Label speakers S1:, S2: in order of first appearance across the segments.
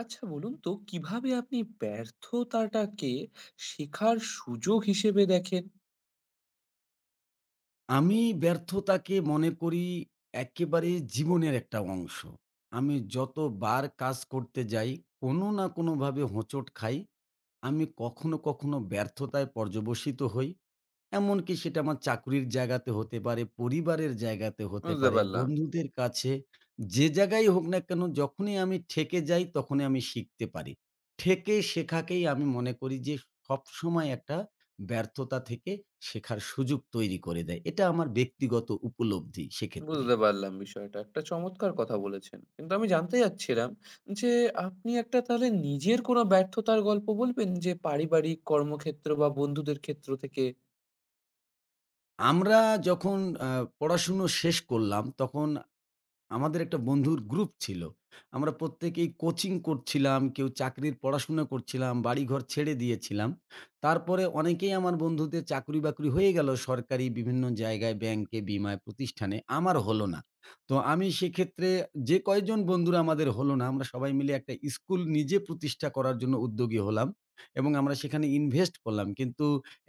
S1: আচ্ছা বলুন তো কিভাবে আপনি ব্যর্থতাটাকে শেখার সুযোগ হিসেবে দেখেন?
S2: আমি ব্যর্থতাকে মনে করি একেবারে জীবনের একটা অংশ। আমি যতবার কাজ করতে যাই, কোনো না কোনোভাবে হোঁচট খাই। আমি কখনো, কখনো ব্যর্থতায় পর্যবসিত হই। এমনকি সেটা আমার চাকরির জায়গাতে হতে পারে, পরিবারের জায়গাতে হতে
S1: বুঝতে
S2: পারে,
S1: পারলাম,
S2: বন্ধুদের কাছে। যে জায়গায় হোক না কেন, যখনই আমি ঠেকে যাই, তখনই আমি শিখতে পারি। ঠেকে শেখাকেই আমি মনে করি যে সবসময় একটা ব্যর্থতা থেকে শেখার সুযোগ তৈরি করে দেয়। এটা আমার ব্যক্তিগত উপলব্ধি সেক্ষেত্রে।
S1: বুঝতে পারলাম বিষয়টা। একটা চমৎকার কথা বলেছেন। কিন্তু আমি জানতে চাচ্ছিলাম যে আপনি একটা তাহলে নিজের কোনো ব্যর্থতার গল্প বলবেন? যে পারিবারিক, কর্মক্ষেত্র বা বন্ধুদের ক্ষেত্র থেকে?
S2: আমরা যখন আ পড়াশুনো শেষ করলাম তখন আমাদের একটা বন্ধুর গ্রুপ ছিল। আমরা প্রত্যেকেই কোচিং করছিলাম, কেউ চাকরির পড়াশোনা করছিলাম, বাড়িঘর ছেড়ে দিয়েছিলাম। তারপরে অনেকেই আমার বন্ধুদের চাকরি-বাকরি হয়ে গেল সরকারি বিভিন্ন জায়গায়, ব্যাংকে, বীমায়, প্রতিষ্ঠানে। আমার হলো না। তো আমি সেক্ষেত্রে যে কয়জন বন্ধুরা আমাদের হলো না, আমরা সবাই মিলে একটা স্কুল নিজে প্রতিষ্ঠা করার জন্য উদ্যোগী হলাম এবং আমরা সেখানে ইনভেস্ট করলাম। কিন্তু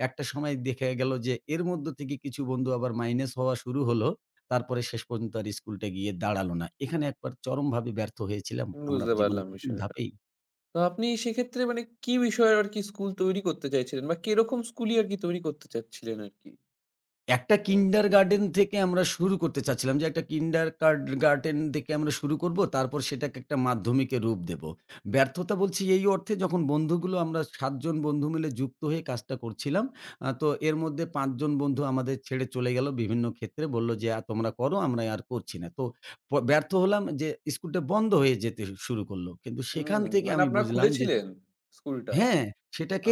S2: একটা সময় দেখা গেল যে এর মধ্য থেকে কিছু বন্ধু আবার মাইনাস হওয়া শুরু হলো। তারপরে শেষ পর্যন্ত আর স্কুলটা গিয়ে দাঁড়ালো না। এখানে একবার চরমভাবে ব্যর্থ হয়েছিলাম। আমরা
S1: বুঝতে
S2: জীবনের
S1: পারলাম
S2: ১ম
S1: বিষয়টা।
S2: ধাপেই।
S1: তো আপনি সেক্ষেত্রে মানে কি বিষয়ে আরকি স্কুল তৈরি করতে চাইছিলেন বা কিরকম স্কুলই আরকি তৈরি করতে চাচ্ছিলেন আরকি?
S2: একটা কিন্ডারগার্টেন থেকে আমরা শুরু করতে চাচ্ছিলাম যে একটা কিন্ডারগার্টেন থেকে আমরা শুরু করব। তারপর সেটাকে একটা মাধ্যমিকে রূপ দেব। ব্যর্থতা বলছি এই অর্থে যখন বন্ধুগুলো আমরা ৭ জন বন্ধু মিলে যুক্ত হয়ে কাজটা করছিলাম। তো এর মধ্যে ৫ জন বন্ধু আমাদের ছেড়ে চলে গেল বিভিন্ন ক্ষেত্রে বলল যে, তোমরা করো আমরা আর করছি না।" তো ব্যর্থ হলাম যে স্কুলটা বন্ধ হয়ে যেতে শুরু করল। কিন্তু
S1: হুম,
S2: সেখান থেকে
S1: মানে
S2: আমি
S1: আপনারা
S2: বুঝলাম যে
S1: খুলেছিলেন স্কুলটা?
S2: হ্যাঁ,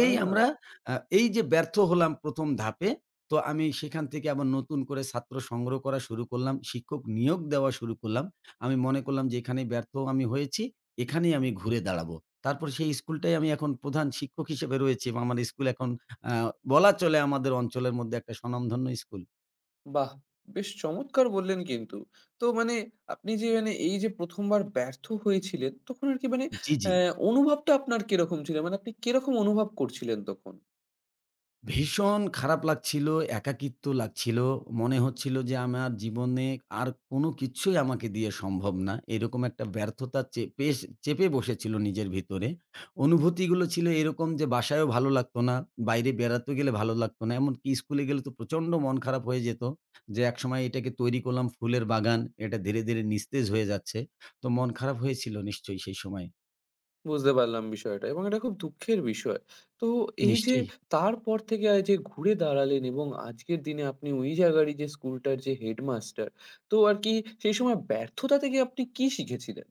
S1: আ
S2: আমরা আ এই যে ব্যর্থ হলাম ১ম ধাপে, তো আমি সেখান থেকে আবার নতুন করে ছাত্র সংগ্রহ করা শুরু করলাম। শিক্ষক নিয়োগ দেওয়া শুরু করলাম। আমি মনে করলাম যে এখানেই ব্যর্থ আমি হয়েছি, এখানেই আমি ঘুরে দাঁড়াবো। তারপর সেই স্কুলটাই আমি এখন প্রধান শিক্ষক হিসেবে রয়েছি এবং আমার স্কুল এখন আ বলা চলে আমাদের অঞ্চলের মধ্যে একটা স্বনামধন্য স্কুল।
S1: বাহ! বেশ চমৎকার বললেন কিন্তু। তো মানে আপনি যে মানে এই যে ১ম বার ব্যর্থ হয়েছিলেন, তখন আরকি মানে
S2: জি, জি।
S1: অনুভবটা আপনার কিরকম ছিল? মানে আপনি কিরকম অনুভব করছিলেন তখন?
S2: ভীষণ খারাপ লাগছিল, একাকিত্ব লাগছিল। মনে হচ্ছিল যে আমার জীবনে আর কোনো কিছুই আমাকে দিয়ে সম্ভব না। এরকম একটা ব্যর্থতা চেপে বসেছিল নিজের ভিতরে। অনুভূতিগুলো ছিল এরকম যে বাসায়ও ভালো লাগতো না, বাইরে বেড়াতে গেলে ভালো লাগতো না। এমনকি স্কুলে গেলে তো প্রচণ্ড মন খারাপ হয়ে যেত যে একসময় এটাকে তৈরি করলাম ফুলের বাগান, এটা ধীরে, ধীরে নিস্তেজ হয়ে যাচ্ছে। তো মন খারাপ হয়েছিল নিশ্চয়ই সেই সময়ে।
S1: বুঝতে পারলাম বিষয়টা এবং এটা খুব দুঃখের বিষয়। তো এই যে
S2: নিশ্চয়ই।
S1: তারপর থেকে যে ঘুরে দাঁড়ালেন এবং আজকের দিনে আপনি ওই জায়গারই যে স্কুলটার যে হেডমাস্টার, তো আরকি সেই সময় ব্যর্থতা থেকে আপনি কি শিখেছিলেন?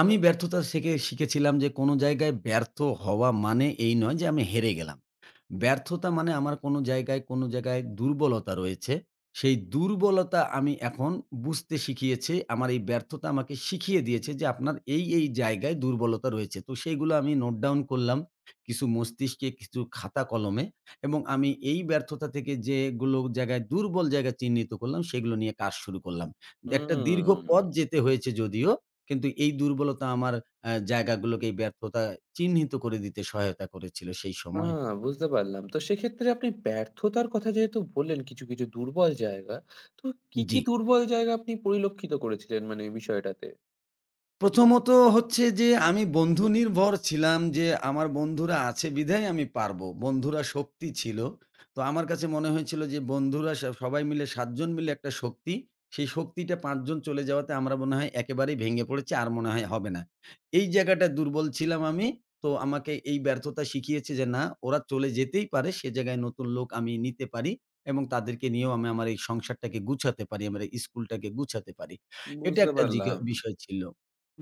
S2: আমি ব্যর্থতা থেকে শিখেছিলাম যে কোনো জায়গায় ব্যর্থ হওয়া মানে এই নয় যে আমি হেরে গেলাম। ব্যর্থতা মানে আমার কোনো জায়গায়, কোনো জায়গায় দুর্বলতা রয়েছে। সেই দুর্বলতা আমি এখন বুঝতে শিখিয়েছি। আমার এই ব্যর্থতা আমাকে শিখিয়ে দিয়েছে যে আপনার এই, এই জায়গায় দুর্বলতা রয়েছে। তো সেইগুলো আমি নোট ডাউন করলাম কিছু মস্তিষ্কে, কিছু খাতা কলমে এবং আমি এই ব্যর্থতা থেকে যেগুলো জায়গায় দুর্বল জায়গা চিহ্নিত করলাম সেগুলো নিয়ে কাজ শুরু করলাম। একটা দীর্ঘ পথ
S1: হুম।
S2: যেতে হয়েছে যদিও কিন্তু এই দুর্বলতা আমার জায়গাগুলোকে এই ব্যর্থতা চিহ্নিত করে দিতে সহায়তা করেছিল সেই
S1: আ
S2: সময়।
S1: বুঝতে পারলাম। তো সেক্ষেত্রে আপনি ব্যর্থতার কথা যেহেতু বললেন কিছু, কিছু দুর্বল জায়গা। তো কি, কি
S2: জি।
S1: দুর্বল জায়গা আপনি পরিলক্ষিত করেছিলেন মানে এই বিষয়টাতে?
S2: প্রথমত হচ্ছে যে আমি বন্ধু নির্ভর ছিলাম যে আমার বন্ধুরা আছে বিধায় আমি পারবো। বন্ধুরা শক্তি ছিল। তো আমার কাছে মনে হয়েছিল যে বন্ধুরা সবাই মিলে ৭ জন মিলে একটা শক্তি। সেই শক্তিটা ৫ জন চলে যাওয়াতে আমরা মনে হয় একেবারেই ভেঙে পড়েছি। আর মনে হয় হবে না। এই জায়গাটায় দুর্বল ছিলাম আমি। তো আমাকে এই ব্যর্থতা শিখিয়েছে যে না ওরা চলে যেতেই পারে। সে জায়গায় নতুন লোক আমি নিতে পারি এবং তাদেরকে নিয়েও আমি আমার এই সংসারটাকে গুছাতে পারি। আমার এই স্কুলটাকে গুছাতে পারি। এটা
S1: বুঝতে
S2: একটা জিগা
S1: পারলাম।
S2: বিষয় ছিল।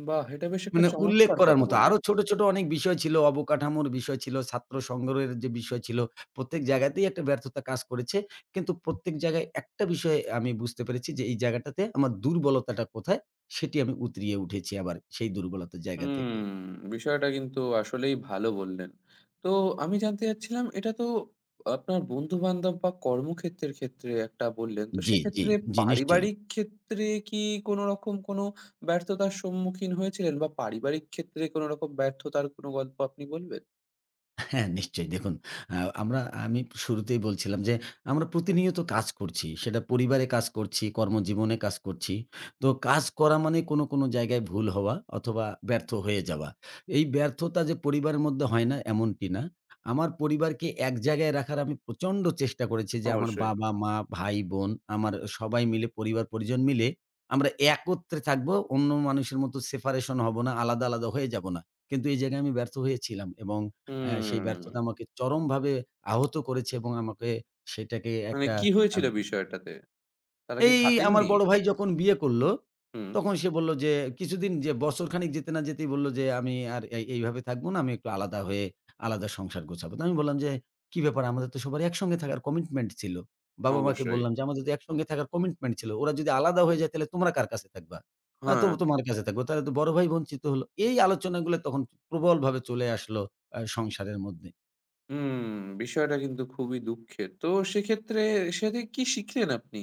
S1: বাহ! এটা বেশ একটা
S2: মানে উল্লেখ
S1: চমৎকার
S2: করার
S1: কথা
S2: মতো। আরো
S1: বললেন।
S2: ছোট, ছোট অনেক বিষয় ছিল, অবকাঠামোর বিষয় ছিল, ছাত্র সংগ্রহের যে বিষয় ছিল, প্রত্যেক জায়গাতেই একটা ব্যর্থতা কাজ করেছে। কিন্তু প্রত্যেক জায়গায় একটা বিষয় আমি বুঝতে পেরেছি যে, এই জায়গাটাতে আমার দুর্বলতাটা কোথায়? সেটি আমি উতরিয়ে উঠেছি আবার সেই দুর্বলতার জায়গা থেকে।
S1: হুম, বিষয়টা কিন্তু আসলেই ভালো বললেন। তো আমি জানতে চাচ্ছিলাম এটা তো আপনার বন্ধু-বান্ধব বা কর্মক্ষেত্রের ক্ষেত্রে একটা বললেন। তো
S2: জি, জি,
S1: সেক্ষেত্রে
S2: জি নিশ্চয়ই।
S1: পারিবারিক ক্ষেত্রে কি কোনো রকম কোনো ব্যর্থতার সম্মুখীন হয়েছিলেন বা পারিবারিক ক্ষেত্রে কোনো রকম ব্যর্থতার কোনো গল্প আপনি বলবেন?
S2: হ্যাঁ, নিশ্চয়ই। দেখুন, আমরা আমি শুরুতেই বলছিলাম যে, আমরা প্রতিনিয়ত কাজ করছি। সেটা পরিবারে কাজ করছি, কর্মজীবনে কাজ করছি। তো কাজ করা মানে কোনো, কোনো জায়গায় ভুল হওয়া অথবা ব্যর্থ হয়ে যাওয়া। এই ব্যর্থতা যে পরিবারের মধ্যে হয় না, এমনটি না। আমার পরিবারকে এক জায়গায় রাখার আমি প্রচণ্ড চেষ্টা করেছি যে, আমার
S1: অবশ্যই।
S2: বাবা, মা, ভাই, বোন, আমার সবাই মিলে পরিবার-পরিজন মিলে আমরা একত্রে থাকবো। অন্য মানুষের মতো সেপারেশন হব না, আলাদা, আলাদা হয়ে যাব না। কিন্তু এই জায়গায় আমি ব্যর্থ হয়েছিলাম এবং হ্যাঁ, সেই
S1: হুম,
S2: ব্যর্থতা আমাকে চরমভাবে আহত করেছে এবং আমাকে সেটাকে
S1: মানে
S2: একটা
S1: কি হয়েছিল
S2: আব
S1: বিষয়টাতে? তারা কি
S2: এই আমার
S1: থাকেননি?
S2: বড় ভাই যখন বিয়ে করলো,
S1: হুম,
S2: তখন সে বলল যে কিছুদিন যে বছরখানেক যেতে না যেতেই বলল যে, "আমি আর এই এইভাবে থাকব না। আমি একটু আলাদা হয়ে আলাদা সংসার গোছাবো।" তো আমি বললাম যে, "কি ব্যাপার? আমাদের তো সবার একসঙ্গে থাকার কমিটমেন্ট ছিল।" বাবা-মাকে
S1: অবশ্যই।
S2: বললাম যে, "আমাদের তো একসঙ্গে থাকার কমিটমেন্ট ছিল। ওরা যদি আলাদা হয়ে যায় তাহলে তোমরা কার কাছে থাকবা? তো
S1: হ্যাঁ,
S2: তোমার কাছে থাকবো। তাহলে তো বড় ভাই বঞ্চিত হলো।" এই আলোচনাগুলো তখন প্রবলভাবে চলে আসলো সংসারের মধ্যে।
S1: হুম, বিষয়টা কিন্তু খুবই দুঃখের। তো সেক্ষেত্রে সে থেকে কি শিখলেন আপনি?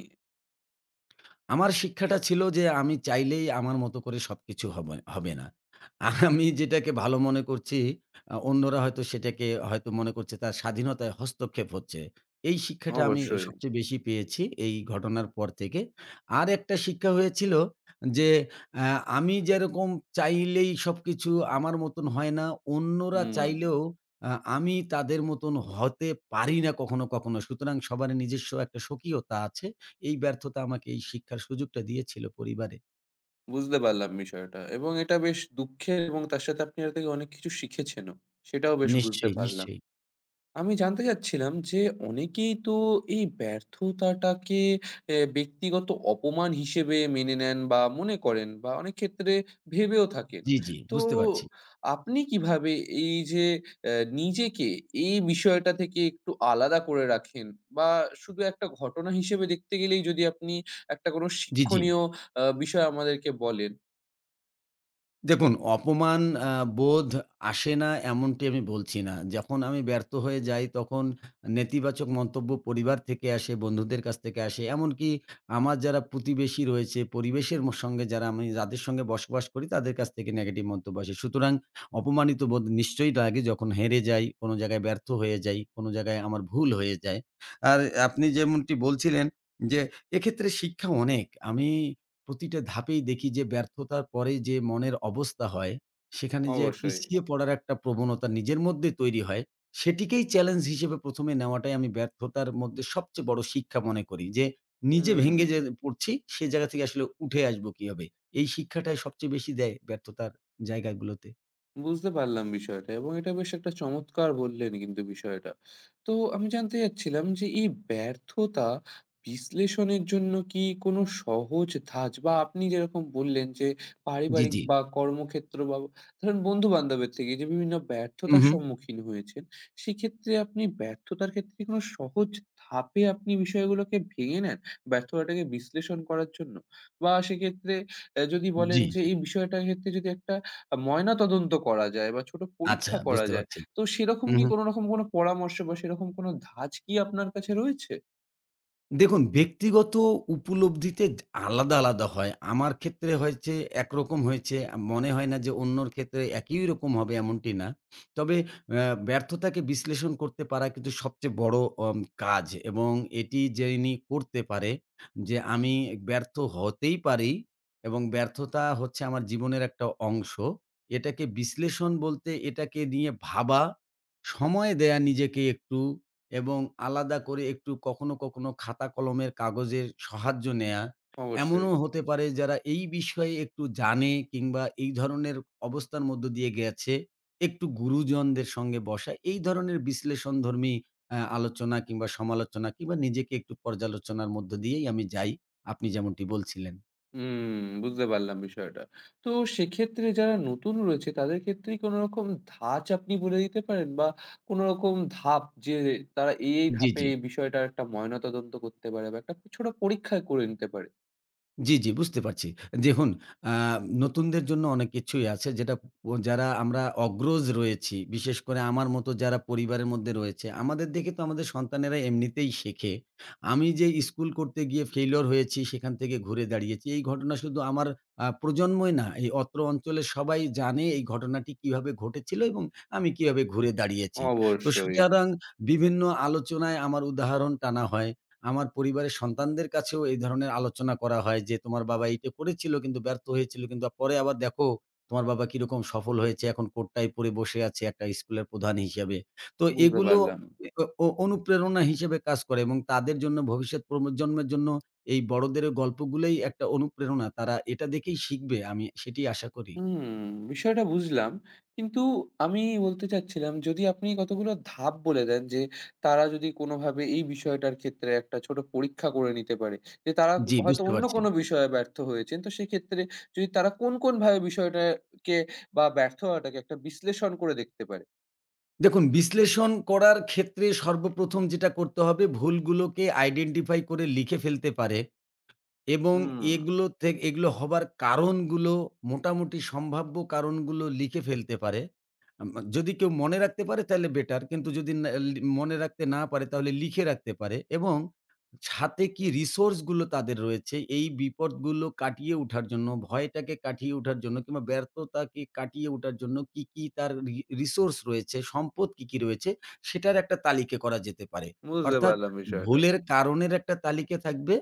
S2: আমার শিক্ষাটা ছিল যে আমি চাইলেই আমার মতো করে সবকিছু হবে হবে না। আমি যেটাকে ভালো মনে করছি অন্যরা হয়তো সেটাকে হয়তো মনে করছে তার স্বাধীনতায় হস্তক্ষেপ হচ্ছে। এই শিক্ষাটা আমি
S1: অবশ্যই।
S2: সবচেয়ে বেশি পেয়েছি এই ঘটনার পর থেকে। আরেকটা শিক্ষা হয়েছিল যে আ আমি যেরকম চাইলেই সবকিছু আমার মতন হয় না, অন্যরা
S1: হুম,
S2: চাইলেও আ আমি তাদের মতন হতে পারি না কখনো, কখনো। সুতরাং সবার নিজস্ব একটা স্বকীয়তা আছে। এই ব্যর্থতা আমাকে এই শিক্ষার সুযোগটা দিয়েছিল পরিবারে।
S1: বুঝতে পারলাম বিষয়টা এবং এটা বেশ দুঃখের এবং তার সাথে আপনি এর থেকে অনেক কিছু শিখেছেনও। সেটাও বেশ বুঝতে
S2: নিশ্চয়ই,
S1: পারলাম।
S2: নিশ্চয়ই।
S1: আমি জানতে চাচ্ছিলাম যে অনেকেই তো এই ব্যর্থতাটাকে এ ব্যক্তিগত অপমান হিসেবে মেনে নেন বা মনে করেন বা অনেক ক্ষেত্রে ভেবেও থাকেন।
S2: জি, জি।
S1: তো
S2: বুঝতে পারছি।
S1: আপনি কিভাবে এই যে নিজেকে এই বিষয়টা থেকে একটু আলাদা করে রাখেন? বা শুধু একটা ঘটনা হিসেবে দেখতে গেলেই যদি আপনি একটা কোনো
S2: জি, জি।
S1: শিক্ষণীয় বিষয় আমাদেরকে বলেন?
S2: দেখুন, অপমান আ বোধ আসে না এমনটি আমি বলছি না। যখন আমি ব্যর্থ হয়ে যাই তখন নেতিবাচক মন্তব্য পরিবার থেকে আসে, বন্ধুদের কাছ থেকে আসে। এমনকি আমার যারা প্রতিবেশী রয়েছে, পরিবেশের সঙ্গে যারা আমি যাদের সঙ্গে বসবাস করি তাদের কাছ থেকে নেগেটিভ মন্তব্য আসে। সুতরাং অপমানিত বোধ নিশ্চয়ই লাগে যখন হেরে যাই, কোনো জায়গায় ব্যর্থ হয়ে যাই, কোনো জায়গায় আমার ভুল হয়ে যায়। আর আপনি যেমনটি বলছিলেন যে এক্ষেত্রে শিক্ষা অনেক। আমি প্রতিটা ধাপেই দেখি যে ব্যর্থতার পরে যে মনের অবস্থা হয়, সেখানে যে
S1: অবশ্যই।
S2: পিছিয়ে পড়ার একটা প্রবণতা নিজের মধ্যে তৈরি হয়, সেটিকেই চ্যালেঞ্জ হিসেবে ১ম এ নেওয়াটাই আমি ব্যর্থতার মধ্যে সবচেয়ে বড় শিক্ষা মনে করি যে, নিজে
S1: হুম।
S2: ভেঙে যে পড়ছি, সে জায়গা থেকে আসলে উঠে আসবো কিভাবে? এই শিক্ষাটাই সবচেয়ে বেশি দেয় ব্যর্থতার জায়গাগুলোতে।
S1: বুঝতে পারলাম বিষয়টা এবং এটা বেশ একটা চমৎকার বললেন কিন্তু বিষয়টা। তো আমি জানতে চাচ্ছিলাম যে এই ব্যর্থতা বিশ্লেষণের জন্য কি কোনো সহজ ধাঁচ বা আপনি যেরকম বললেন যে
S2: জি,
S1: পারিবারিক
S2: জি।
S1: বা কর্মক্ষেত্র বা ধরেন বন্ধু-বান্ধবের থেকে যে বিভিন্ন ব্যর্থতার
S2: উহু।
S1: সম্মুখীন হয়েছেন, সেক্ষেত্রে আপনি ব্যর্থতার ক্ষেত্রে কোনো সহজ ধাপে আপনি বিষয়গুলোকে ভেঙে নেন ব্যর্থতাটাকে বিশ্লেষণ করার জন্য? বা সেক্ষেত্রে যদি বলেন
S2: জি,
S1: যে
S2: জি।
S1: এই বিষয়টার ক্ষেত্রে যদি একটা ময়নাতদন্ত করা যায় বা ছোট
S2: আচ্ছা
S1: পরীক্ষা করা
S2: বুঝতে
S1: যায়।
S2: পারছি।
S1: তো সেরকম কি
S2: উহু।
S1: কোন রকম কোন পরামর্শ বা সেরকম কোন ধাঁচ কি আপনার কাছে রয়েছে?
S2: দেখুন, ব্যক্তিগত উপলব্ধিতে আলাদা, আলাদা হয়। আমার ক্ষেত্রে হয়েছে একরকম হয়েছে। মনে হয় না যে অন্যর ক্ষেত্রে একই রকম হবে এমনটি না। তবে ব্যর্থতাকে বিশ্লেষণ করতে পারা কিন্তু সবচেয়ে বড় অম কাজ এবং এটি যিনি করতে পারে যে আমি ব্যর্থ হতেই পারি এবং ব্যর্থতা হচ্ছে আমার জীবনের একটা অংশ। এটাকে বিশ্লেষণ বলতে এটাকে নিয়ে ভাবা, সময় দেয়া নিজেকে একটু এবং আলাদা করে একটু কখনো, কখনো খাতা কলমের কাগজের সাহায্য নেয়া।
S1: অবশ্যই।
S2: এমনও হতে পারে যারা এই বিষয়ে একটু জানে কিংবা এই ধরনের অবস্থার মধ্য দিয়ে গেছে, একটু গুরুজনদের সঙ্গে বসা। এই ধরনের বিশ্লেষণধর্মী আলোচনা কিংবা সমালোচনা কিংবা নিজেকে একটু পর্যালোচনার মধ্য দিয়েই আমি যাই, আপনি যেমনটি বলছিলেন।
S1: হুম, বুঝতে পারলাম বিষয়টা। তো সেক্ষেত্রে যারা নতুন রয়েছে তাদের ক্ষেত্রেই কোন রকম ধাঁচ আপনি বলে দিতে পারেন? বা কোন রকম ধাপ যে তারা এই
S2: জি,
S1: ধাপে
S2: জি।
S1: এই বিষয়টার একটা ময়নাতদন্ত করতে পারে বা একটা ছোট পরীক্ষা করে নিতে পারে?
S2: জি, জি বুঝতে পারছি। দেখুন আ নতুনদের জন্য অনেক কিছুই আছে যেটা যারা আমরা অগ্রজ রয়েছি, বিশেষ করে আমার মতো যারা পরিবারের মধ্যে রয়েছে, আমাদের দেখে তো আমাদের সন্তানেরা এমনিতেই শেখে। আমি যে স্কুল করতে গিয়ে ফেইলিউর হয়েছি, সেখান থেকে ঘুরে দাঁড়িয়েছি। এই ঘটনা শুধু আমার প্রজন্মই না, এই অত্র অঞ্চলের সবাই জানে এই ঘটনাটি কিভাবে ঘটেছিল এবং আমি কিভাবে ঘুরে দাঁড়িয়েছি। তো
S1: অবশ্যই,
S2: সুতরাং বিভিন্ন আলোচনায় আমার উদাহরণ টানা হয়। আমার পরিবারের সন্তানদের কাছেও এই ধরনের আলোচনা করা হয় যে, "তোমার বাবা এইটা করেছিল কিন্তু ব্যর্থ হয়েছিল। কিন্তু পরে আবার দেখো তোমার বাবা কিরকম সফল হয়েছে। এখন কোটটাই পরে বসে আছে একটা স্কুলের প্রধান হিসেবে।" তো
S1: বুঝতে
S2: এগুলো
S1: পারলাম।
S2: এ অ অনুপ্রেরণা হিসেবে কাজ করে এবং তাদের জন্য ভবিষ্যৎ প্রজন্মের জন্য এই বড়দের গল্পগুলোই একটা অনুপ্রেরণা। তারা এটা দেখেই শিখবে। আমি সেটি আশা করি।
S1: হুম, বিষয়টা বুঝলাম। কিন্তু আমি বলতে চাচ্ছিলাম যদি আপনি কতগুলো ধাপ বলে দেন যে তারা যদি কোনোভাবে এই বিষয়টার ক্ষেত্রে একটা ছোট পরীক্ষা করে নিতে পারে। যে তারা
S2: জি,
S1: হয়তো
S2: বুঝতে
S1: অন্য
S2: পারছি।
S1: কোনো বিষয়ে ব্যর্থ হয়েছেন। তো সেক্ষেত্রে যদি তারা কোন, কোন ভাবে বিষয়টাকে বা ব্যর্থ হওয়াটাকে একটা বিশ্লেষণ করে দেখতে পারে?
S2: দেখুন বিশ্লেষণ করার ক্ষেত্রে সর্বপ্রথম যেটা করতে হবে ভুলগুলোকে আইডেন্টিফাই করে লিখে ফেলতে পারে এবং
S1: হুম,
S2: এগুলো হবার কারণগুলো মোটামুটি সম্ভাব্য কারণগুলো লিখে ফেলতে পারে। আম আ যদি কেউ মনে রাখতে পারে তাহলে বেটার। কিন্তু যদি না মনে রাখতে না পারে তাহলে লিখে রাখতে পারে এবং সাথে কি রিসোর্স গুলো তাদের রয়েছে এই বিপদগুলো কাটিয়ে উঠার জন্য, ভয়টাকে কাটিয়ে উঠার জন্য কিংবা ব্যর্থতাকে কাটিয়ে উঠার জন্য কি, কি তার রিসোর্স রয়েছে, সম্পদ কি, কি রয়েছে সেটার একটা তালিকা করা যেতে পারে।
S1: বুঝতে
S2: অর্থাৎ
S1: পারলাম বিষয়টা।
S2: ভুলের কারণের একটা তালিকা থাকবে।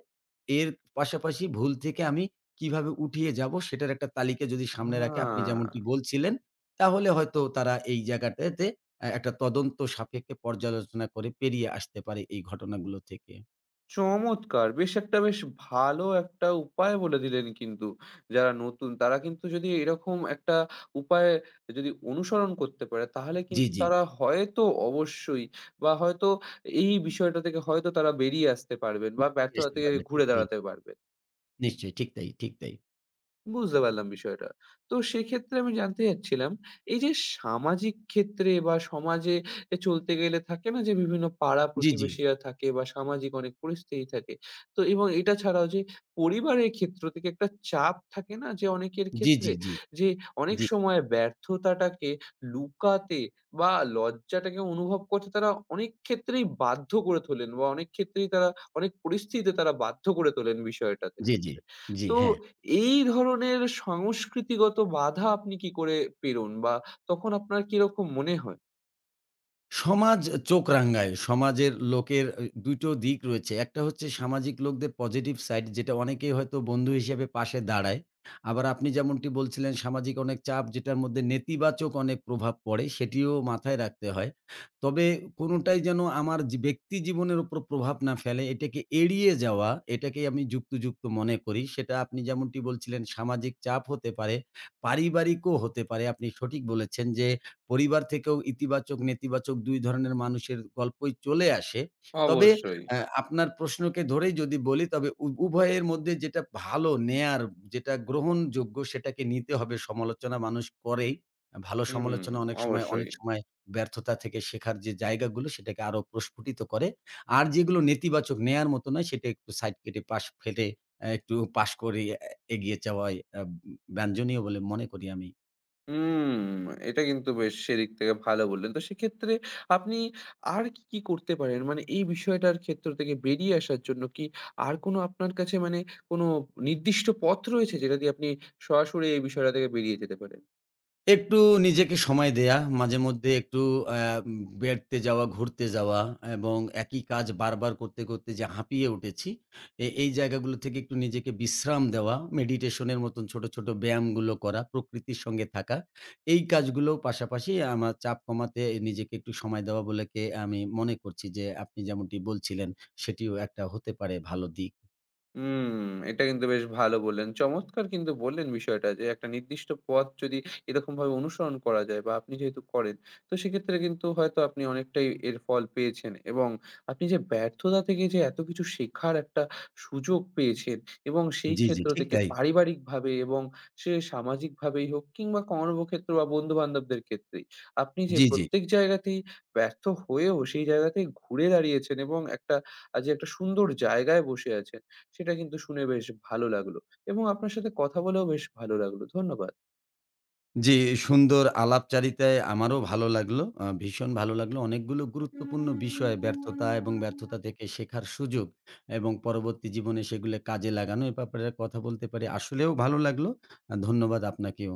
S2: এর পাশাপাশি ভুল থেকে আমি কিভাবে উঠিয়ে যাব সেটার একটা তালিকা যদি সামনে রাখে আপনি
S1: হ্যাঁ।
S2: যেমনটি বলছিলেন তাহলে হয়তো তারা এই জায়গাটাতে একটা তদন্ত সাপেক্ষে পর্যালোচনা করে পেরিয়ে আসতে পারে এই ঘটনাগুলো থেকে।
S1: চমৎকার! বেশ একটা বেশ ভালো একটা উপায় বলে দিলেন কিন্তু। যারা নতুন তারা কিন্তু যদি এরকম একটা উপায় যদি অনুসরণ করতে পারে তাহলে
S2: জি,
S1: কিন্তু
S2: জি।
S1: তারা হয়তো অবশ্যই বা হয়তো এই বিষয়টা থেকে হয়তো তারা বেরিয়ে আসতে পারবেন বা
S2: পেরিয়ে
S1: ব্যর্থতা
S2: আসতে
S1: থেকে
S2: পারবে। ঠিক
S1: ঘুরে
S2: তাই।
S1: দাঁড়াতে পারবেন।
S2: নিশ্চয়ই ঠিক তাই, ঠিক তাই।
S1: বুঝতে পারলাম বিষয়টা। তো সেক্ষেত্রে আমি জানতে চাচ্ছিলাম, এই যে সামাজিক ক্ষেত্রে বা সমাজে এ চলতে গেলে থাকে না যে বিভিন্ন
S2: জি, জি।
S1: পাড়া-প্রতিবেশীরা থাকে বা সামাজিক অনেক পরিস্থিতি থাকে। তো এবং এটা ছাড়াও যে পরিবারের ক্ষেত্র থেকে একটা চাপ থাকে না যে অনেকের
S2: জি,
S1: ক্ষেত্রে
S2: জি, জি।
S1: যে অনেক
S2: জি,
S1: সময় ব্যর্থতাটাকে লুকাতে বা লজ্জাটাকে অনুভব করতে তারা অনেক ক্ষেত্রেই বাধ্য করে তোলেন বা অনেক ক্ষেত্রেই তারা অনেক পরিস্থিতিতে তারা বাধ্য করে তোলেন বিষয়টাতে
S2: জি, জি।
S1: ক্ষেত্রে।
S2: জি,
S1: তো
S2: হ্যাঁ।
S1: এই ধরনের সংস্কৃতিগত বাধা আপনি কি করে পেরোন? বা তখন আপনার কিরকম মনে হয়?
S2: সমাজ চোখ রাঙায়। সমাজের লোকের ২ টো দিক রয়েছে। একটা হচ্ছে সামাজিক লোকদের পজিটিভ সাইড যেটা অনেকেই হয়তো বন্ধু হিসেবে পাশে দাঁড়ায়। আবার আপনি যেমনটি বলছিলেন সামাজিক অনেক চাপ যেটার মধ্যে নেতিবাচক অনেক প্রভাব পড়ে সেটিও মাথায় রাখতে হয়। তবে কোনোটাই যেন আমার যে ব্যক্তি জীবনের উপর প্রভাব না ফেলে এটাকে এড়িয়ে যাওয়া এটাকেই আমি যুক্তিযুক্ত মনে করি। সেটা আপনি যেমনটি বলছিলেন সামাজিক চাপ হতে পারে, পারিবারিকও হতে পারে। আপনি সঠিক বলেছেন যে পরিবার থেকেও ইতিবাচক, নেতিবাচক ২ ধরনের মানুষের গল্পই চলে আসে। তবে
S1: অবশ্যই।
S2: আপনার প্রশ্নকে ধরেই যদি বলি তবে উভয়ের মধ্যে যেটা ভালো নেয়ার, যেটা গ্রহণযোগ্য সেটাকে নিতে হবে। সমালোচনা মানুষ করেই। ভালো
S1: হুম,
S2: সমালোচনা
S1: অবশ্যই।
S2: অনেক সময় ব্যর্থতা থেকে শেখার যে জায়গাগুলো সেটাকে আরো প্রস্ফুটিত করে। আর যেগুলো নেতিবাচক নেয়ার মতো নয় সেটা একটু সাইড কেটে পাশ ফেটে একটু পাশ করে এগিয়ে যাওয়াই বাঞ্ছনীয় বলে মনে করি আমি।
S1: হুম, এটা কিন্তু বেশ সেদিক থেকে ভালো বললেন। তো সেক্ষেত্রে আপনি আর কি, কি করতে পারেন? মানে এই বিষয়টার ক্ষেত্র থেকে বেরিয়ে আসার জন্য কি আর কোনো আপনার কাছে মানে কোনো নির্দিষ্ট পথ রয়েছে যেটা দিয়ে আপনি সরাসরি এই বিষয়টা থেকে বেরিয়ে যেতে পারেন?
S2: একটু নিজেকে সময় দেয়া, মাঝে মধ্যে একটু আ বেড়াতে যাওয়া, ঘুরতে যাওয়া এবং একই কাজ বারবার করতে, করতে যে হাঁপিয়ে উঠেছি, এই জায়গাগুলো থেকে একটু নিজেকে বিশ্রাম দেওয়া, মেডিটেশন এর মতন ছোট, ছোট ব্যায়ামগুলো করা, প্রকৃতির সঙ্গে থাকা। এই কাজগুলোর পাশাপাশি আমার চাপ কমাতে নিজেকে একটু সময় দেওয়া বলেকে আমি মনে করছি যে আপনি যেমনটি বলছিলেন, সেটিও একটা হতে পারে ভালো দিক।
S1: হুম, এটা কিন্তু বেশ ভালো বললেন। চমৎকার কিন্তু বললেন বিষয়টা যে, একটা নির্দিষ্ট পথ যদি এরকমভাবে অনুসরণ করা যায় বা আপনি যেহেতু করেন, তো সেক্ষেত্রে কিন্তু হয়তো আপনি অনেকটাই এর ফল পেয়েছেন এবং আপনি যে ব্যর্থতা থেকে যে এত কিছু শেখার একটা সুযোগ পেয়েছেন এবং সেই
S2: জি, জি,
S1: ক্ষেত্র
S2: ঠিক
S1: থেকে
S2: তাই।
S1: পারিবারিকভাবে এবং সে সামাজিকভাবেই হোক কিংবা কর্মক্ষেত্র বা বন্ধু-বান্ধবদের ক্ষেত্রেই, আপনি যে
S2: জি, জি।
S1: প্রত্যেক জায়গাতেই ব্যর্থ হয়েও সেই জায়গা থেকে ঘুরে দাঁড়িয়েছেন এবং একটা যে একটা সুন্দর জায়গায় বসে আছেন। সেটা কিন্তু শুনে বেশ ভালো লাগলো এবং আপনার সাথে কথা বলেও বেশ ভালো লাগলো। ধন্যবাদ।
S2: জি, সুন্দর আলাপচারিতায় আমারও ভালো লাগলো। ভীষণ ভালো লাগলো। অনেকগুলো গুরুত্বপূর্ণ বিষয় ব্যর্থতা এবং ব্যর্থতা থেকে শেখার সুযোগ এবং পরবর্তী জীবনে সেগুলো কাজে লাগানো এ ব্যাপারে কথা বলতে পারি। আসলেও ভালো লাগলো। ধন্যবাদ আপনাকেও।